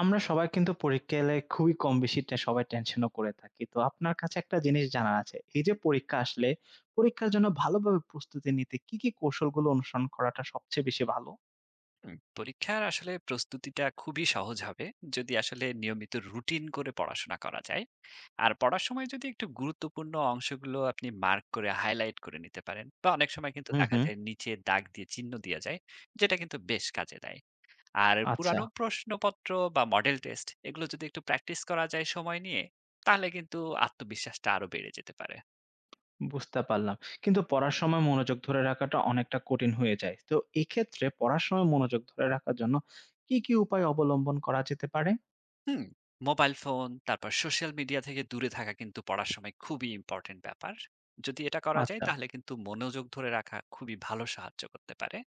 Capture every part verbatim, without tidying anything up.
আমরা সবাই কিন্তু পরীক্ষা এলে খুবই কম বেশি টে সবাই টেনশনও করে থাকি। তো আপনার কাছে একটা জিনিস জানার আছে। এই যে পরীক্ষা আসলে, পরীক্ষার জন্য ভালোভাবে প্রস্তুতি নিতে কি, কি কৌশলগুলো অনুসরণ করাটা সবচেয়ে বেশি ভালো? হুম, পরীক্ষার আসলে প্রস্তুতিটা খুবই সহজ হবে যদি আসলে নিয়মিত রুটিন করে পড়াশোনা করা যায় আর পড়ার সময় যদি একটু গুরুত্বপূর্ণ অংশগুলো আপনি মার্ক করে হাইলাইট করে নিতে পারেন বা অনেক সময় কিন্তু হুম, দেখা হুম। যায় নিচে দাগ দিয়ে চিহ্ন দেওয়া যায় যেটা কিন্তু বেশ কাজে দেয়। আর আচ্ছা, পুরানো প্রশ্নপত্র বা মডেল টেস্ট এগুলো যদি একটু প্র্যাকটিস করা যায় সময় নিয়ে, তাহলে কিন্তু আত্মবিশ্বাসটা আরো বেড়ে যেতে পারে। বুঝতে পারলাম। কিন্তু পড়ার সময় মনোযোগ ধরে রাখাটা অনেকটা কঠিন হয়ে যায়। তো এক্ষেত্রে পড়ার সময় মনোযোগ ধরে রাখার জন্য কি, কি উপায় অবলম্বন করা যেতে পারে? হুম, মোবাইল ফোন তারপর সোশ্যাল মিডিয়া থেকে দূরে থাকা কিন্তু পড়ার সময় খুবই ইম্পর্টেন্ট ব্যাপার। যদি এটা করা যায় আচ্ছা। তাহলে কিন্তু মনোযোগ ধরে রাখা খুবই ভালো সাহায্য করতে পারে।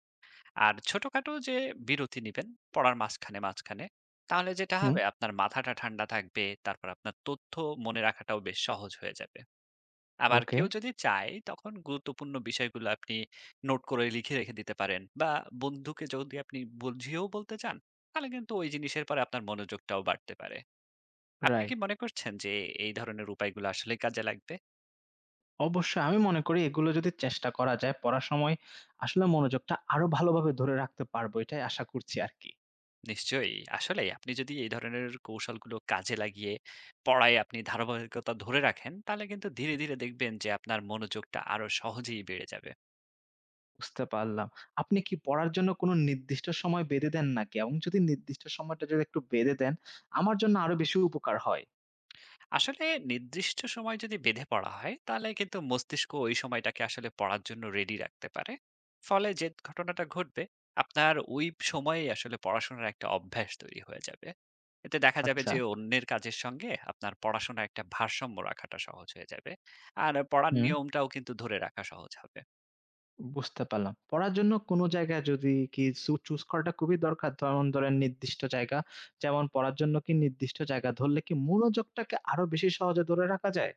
আর ছোটখাটো যে বিরতি নিবেন পড়ার মাঝখানে, মাঝখানে, তাহলে যেটা হুম, হবে আপনার মাথাটা ঠান্ডা থাকবে। তারপর আপনার তথ্য মনে রাখাটাও বেশ সহজ হয়ে যাবে। আবার ওকে, কেউ যদি চায় তখন গুরুত্বপূর্ণ বিষয়গুলো আপনি নোট করে লিখে রেখে দিতে পারেন বা বন্ধুকে যদি আপনি বুঝিয়েও বলতে চান, তাহলে কিন্তু ওই জিনিসের পরে আপনার মনোযোগটাও বাড়তে পারে। আপনি রাইট। কি মনে করছেন যে এই ধরনের উপায়গুলো আসলেই কাজে লাগবে? অবশ্যই আমি মনে করি এগুলো যদি চেষ্টা করা যায় পড়ার সময় আসলে মনোযোগটা আরো ভালোভাবে ধরে রাখতে পারবো। এটাই আশা করছি আরকি। নিশ্চয়ই। আসলেই আপনি যদি এই ধরনের কৌশলগুলো কাজে লাগিয়ে পড়ায় আপনি ধারাবাহিকতা ধরে রাখেন, তাহলে কিন্তু ধীরে, ধীরে দেখবেন যে আপনার মনোযোগটা আরো সহজেই বেড়ে যাবে। বুঝতে পারলাম। আপনি কি পড়ার জন্য কোনো নির্দিষ্ট সময় বেঁধে দেন নাকি? এবং যদি নির্দিষ্ট সময়টা যদি একটু বেঁধে দেন, আমার জন্য আরো বেশি উপকার হয়। আসলে নির্দিষ্ট সময় যদি বেঁধে পড়া হয় তাহলে কিন্তু মস্তিষ্ক ওই সময়টাকে আসলে পড়ার জন্য রেডি রাখতে পারে, ফলে যে ঘটনাটা ঘটবে আপনার ওই সময়ে আসলে পড়াশোনার একটা অভ্যাস তৈরি হয়ে যাবে। এতে দেখা যাবে আচ্ছা। যে অন্যের কাজের সঙ্গে আপনার পড়াশোনার একটা ভারসাম্য রাখাটা সহজ হয়ে যাবে। আর পড়ার হুম, নিয়মটাও কিন্তু ধরে রাখা সহজ হবে। বুঝতে পারলাম। পড়ার জন্য কোনো জায়গায় যদি কিছু চুজ করাটা খুবই দরকার। যেমন ধরেন নির্দিষ্ট জায়গা। যেমন পড়ার জন্য কি নির্দিষ্ট জায়গা ধরলে কি মনোযোগটাকে আরো বেশি সহজে ধরে রাখা যায়?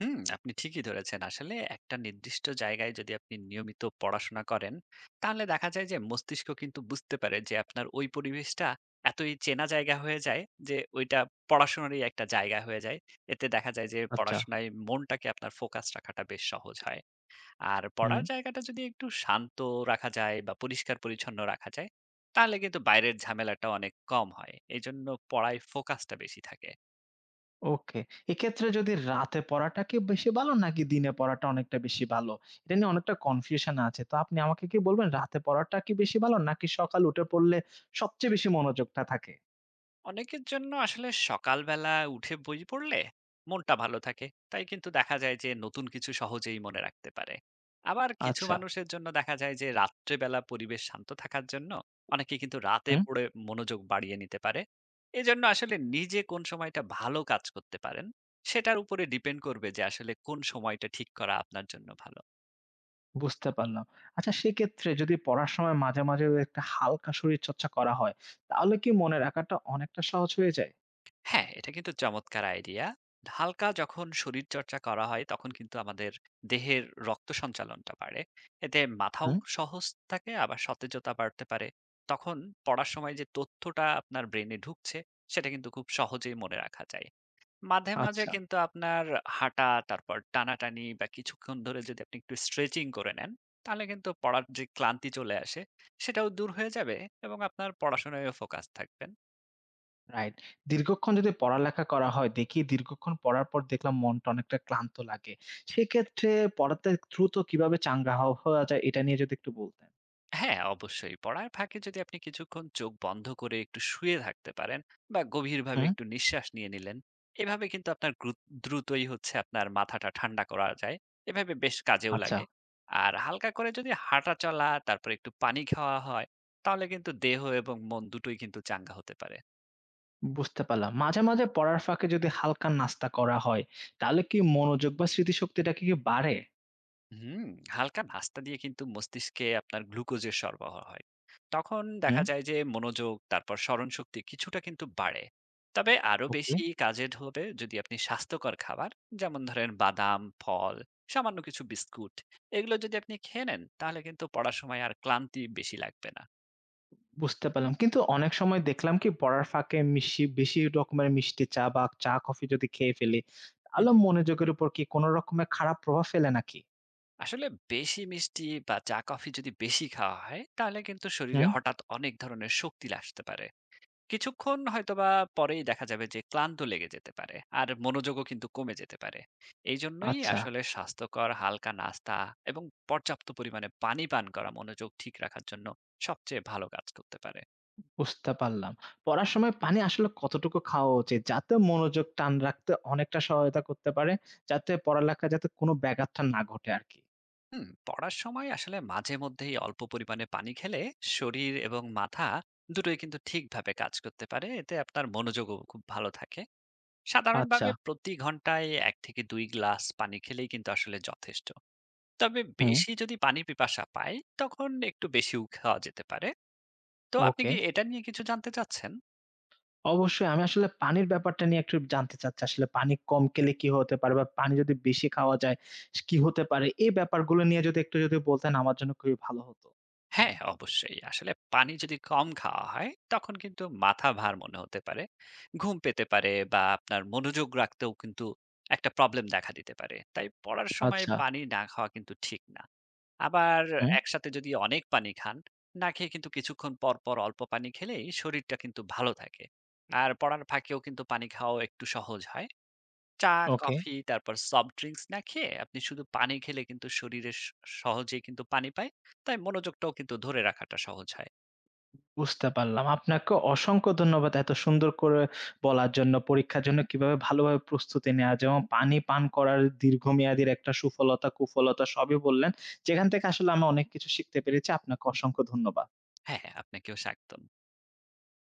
হুম, আপনি ঠিকই ধরেছেন। আসলে একটা নির্দিষ্ট জায়গায় যদি আপনি নিয়মিত পড়াশোনা করেন, তাহলে দেখা যায় যে মস্তিষ্ক কিন্তু বুঝতে পারে যে আপনার ওই পরিবেশটা এতই চেনা জায়গা হয়ে যায় যে ওইটা পড়াশোনারই একটা জায়গা হয়ে যায়। এতে দেখা যায় যে আচ্ছা। পড়াশোনায় মনটাকে আপনার ফোকাস রাখাটা বেশ সহজ হয়। আর হুম। পড়ার জায়গাটা যদি একটু শান্ত রাখা যায় বা পরিষ্কার-পরিচ্ছন্ন রাখা যায়, তাহলে কিন্তু বাইরের ঝামেলাটা অনেক কম হয়। এজন্য পড়ায় ফোকাসটা বেশি থাকে। ওকে। এক্ষেত্রে যদি রাতে পড়াটা কি বেশি ভালো নাকি দিনে পড়াটা অনেকটা বেশি ভালো? এটা নিয়ে অনেকটা কনফিউশন আছে। তো আপনি আমাকে কি বলবেন রাতে পড়াটা কি বেশি ভালো নাকি সকালে উঠে পড়লে সবচেয়ে বেশি মনোযোগটা থাকে? অনেকের জন্য আসলে সকালবেলা উঠে বই পড়লে মনটা ভালো থাকে, তাই কিন্তু দেখা যায় যে নতুন কিছু সহজেই মনে রাখতে পারে। আবার কিছু আচ্ছা। মানুষের জন্য দেখা যায় যে রাত্রেবেলা পরিবেশ শান্ত থাকার জন্য অনেকে কিন্তু রাতে হুম, পড়ে মনোযোগ বাড়িয়ে নিতে পারে। এজন্য আসলে নিজে কোন সময়টা ভালো কাজ করতে পারেন সেটার উপরে ডিপেন্ড করবে যে আসলে কোন সময়টা ঠিক করা আপনার জন্য ভালো। বুঝতে পারলাম। আচ্ছা সেক্ষেত্রে যদি পড়ার সময় মাঝে, মাঝে ওই একটা হালকা শরীরচর্চা করা হয়, তাহলে কি মনে রাখাটা অনেকটা সহজ হয়ে যায়? হ্যাঁ, এটা কিন্তু চমৎকার আইডিয়া। হালকা যখন শরীরচর্চা করা হয়, তখন কিন্তু আমাদের দেহের রক্ত সঞ্চালনটা বাড়ে। এতে মাথাও হুম, সহজ থাকে, আবার সতেজতা বাড়তে পারে। তখন পড়ার সময় যে তথ্যটা আপনার ব্রেইনে ঢুকছে, সেটা কিন্তু খুব সহজেই মনে রাখা যায়। মাঝে, মাঝে আচ্ছা। কিন্তু আপনার হাঁটা, তারপর টানাটানি বা কিছুক্ষণ ধরে যদি আপনি একটু স্ট্রেচিং করে নেন, তাহলে কিন্তু পড়ার যে ক্লান্তি চলে আসে, সেটাও দূর হয়ে যাবে এবং আপনার পড়াশোনায়ও ফোকাস থাকবেন। রাইট। দীর্ঘক্ষণ যদি পড়ালেখা করা হয়, দেখি দীর্ঘক্ষণ পড়ার পর দেখলাম মনটা অনেকটা ক্লান্ত লাগে। সেক্ষেত্রে পড়াতে দ্রুত কিভাবে চাঙ্গা হ হওয়া যায় এটা নিয়ে যদি একটু বলতেন। হ্যাঁ, অবশ্যই। পড়ার ফাঁকে যদি আপনি কিছুক্ষণ চোখ বন্ধ করে একটু শুয়ে থাকতে পারেন বা গভীরভাবে হুম, একটু নিঃশ্বাস নিয়ে নিলেন। এভাবে কিন্তু আপনার গ্রু দ্রুতই হচ্ছে আপনার মাথাটা ঠান্ডা করা যায়। এভাবে বেশ কাজেও আচ্ছা। লাগে। আর হালকা করে যদি হাঁটা চলা, তারপরে একটু পানি খাওয়া হয়, তাহলে কিন্তু দেহ এবং মন দুটোই কিন্তু চাঙ্গা হতে পারে। বুঝতে পারলাম। মাঝে, মাঝে পড়ার ফাঁকে যদি হালকা নাস্তা করা হয়, তাহলে কি মনোযোগ বা স্মৃতিশক্তিটা কি কি বাড়ে? হুম, হালকা নাস্তা দিয়ে কিন্তু মস্তিষ্কে আপনার গ্লুকোজের সরবরাহ হয়। তখন হুম, দেখা যায় যে মনোযোগ, তারপর স্মরণশক্তি কিছুটা কিন্তু বাড়ে। তবে আরো ওকে। বেশি কাজে হবে যদি আপনি স্বাস্থ্যকর খাবার, যেমন ধরেন বাদাম, ফল, সামান্য কিছু বিস্কুট এগুলো যদি আপনি খেয়ে নেন তাহলে কিন্তু পড়ার সময় আর ক্লান্তি বেশি লাগবে না। বুঝতে পারলাম। কিন্তু অনেক সময় দেখলাম কি পড়ার ফাঁকে মিশি বেশি রকমের মিষ্টি চা বা চা কফি যদি খেয়ে ফেলি, হুম, তাহলে হুম। মনোযোগের উপর কি কোনো রকমের খারাপ প্রভাব ফেলে নাকি? আসলে বেশি মিষ্টি বা চা কফি যদি বেশি খাওয়া হয় তাহলে কিন্তু শরীরে হুম। হঠাৎ অনেক ধরনের শক্তি আসতে পারে। কিছুক্ষণ হয়তোবা পরেই দেখা যাবে যে ক্লান্ত লেগে যেতে পারে। আর মনোযোগও কিন্তু কমে যেতে পারে। এইজন্যই আচ্ছা। আসলে স্বাস্থ্যকর হালকা নাস্তা এবং পর্যাপ্ত পরিমাণে পানি পান করা মনোযোগ ঠিক রাখার জন্য সবচেয়ে ভালো কাজ করতে পারে। বুঝতে পারলাম। পড়ার সময় পানি আসলে কতটুকু খাওয়া উচিত? যাতে মনোযোগ টান রাখতে অনেকটা সহায়তা করতে পারে, যাতে পড়ালেখায় যাতে কোনো ব্যাঘাতটা না ঘটে আরকি। হুম, পড়ার সময় আসলে মাঝে মধ্যেই অল্প পরিমাণে পানি খেলে শরীর এবং মাথা দুটোই কিন্তু ঠিকভাবে কাজ করতে পারে। এতে আপনার মনোযোগও খুব ভালো থাকে। আচ্ছা, সাধারণভাবে প্রতি ঘন্টায় এক থেকে দুই গ্লাস পানি খেলেই কিন্তু আসলে যথেষ্ট। তবে হুম, বেশি যদি পানির পিপাসা পায়, তখন একটু বেশিও খাওয়া যেতে পারে। তো আপনি ওকে। কি এটা নিয়ে কিছু জানতে চাচ্ছেন? অবশ্যই আমি আসলে পানির ব্যাপারটা নিয়ে একটু জানতে চাচ্ছি। আসলে পানি কম খেলে কি হতে পারে? বা পানি যদি বেশি খাওয়া যায় স কি হতে পারে? এই ব্যাপারগুলো নিয়ে যদি একটু যদি বলতেন আমার জন্য খুবই ভালো হতো। হ্যাঁ, অবশ্যই। আসলে পানি যদি কম খাওয়া হয়, তখন কিন্তু মাথা ভার মনে হতে পারে। ঘুম পেতে পারে বা আপনার মনোযোগ রাখতেও কিন্তু একটা প্রবলেম দেখা দিতে পারে। তাই পড়ার সময় আচ্ছা, পানি না খাওয়া কিন্তু ঠিক না। আবার হুম, একসাথে যদি অনেক পানি খান, না খেয়ে কিন্তু কিছুক্ষণ পর, পর অল্প পানি খেলেই শরীরটা কিন্তু ভালো থাকে। আর পড়ার ফাঁকেও কিন্তু পানি খাওয়াও একটু সহজ হয়। চা, ওকে। কফি তারপর সফট ড্রিংকস না খেয়ে আপনি শুধু পানি খেলে কিন্তু শরীরে স সহজেই কিন্তু পানি পায়। তাই মনোযোগটাও কিন্তু ধরে রাখাটা সহজ হয়। বুঝতে পারলাম। আপনাকে অসংখ্য ধন্যবাদ এত সুন্দর করে বলার জন্য, পরীক্ষার জন্য কিভাবে ভালোভাবে প্রস্তুতি নেওয়া যায় এবং পানি পান করার দীর্ঘমেয়াদীর একটা সুফলতা, কুফলতা সবই বললেন। যেখান থেকে আসলে আমি অনেক কিছু শিখতে পেরেছি। আপনাকে অসংখ্য ধন্যবাদ। হ্যাঁ, হ্যাঁ, আপনাকেও স্বাগতম।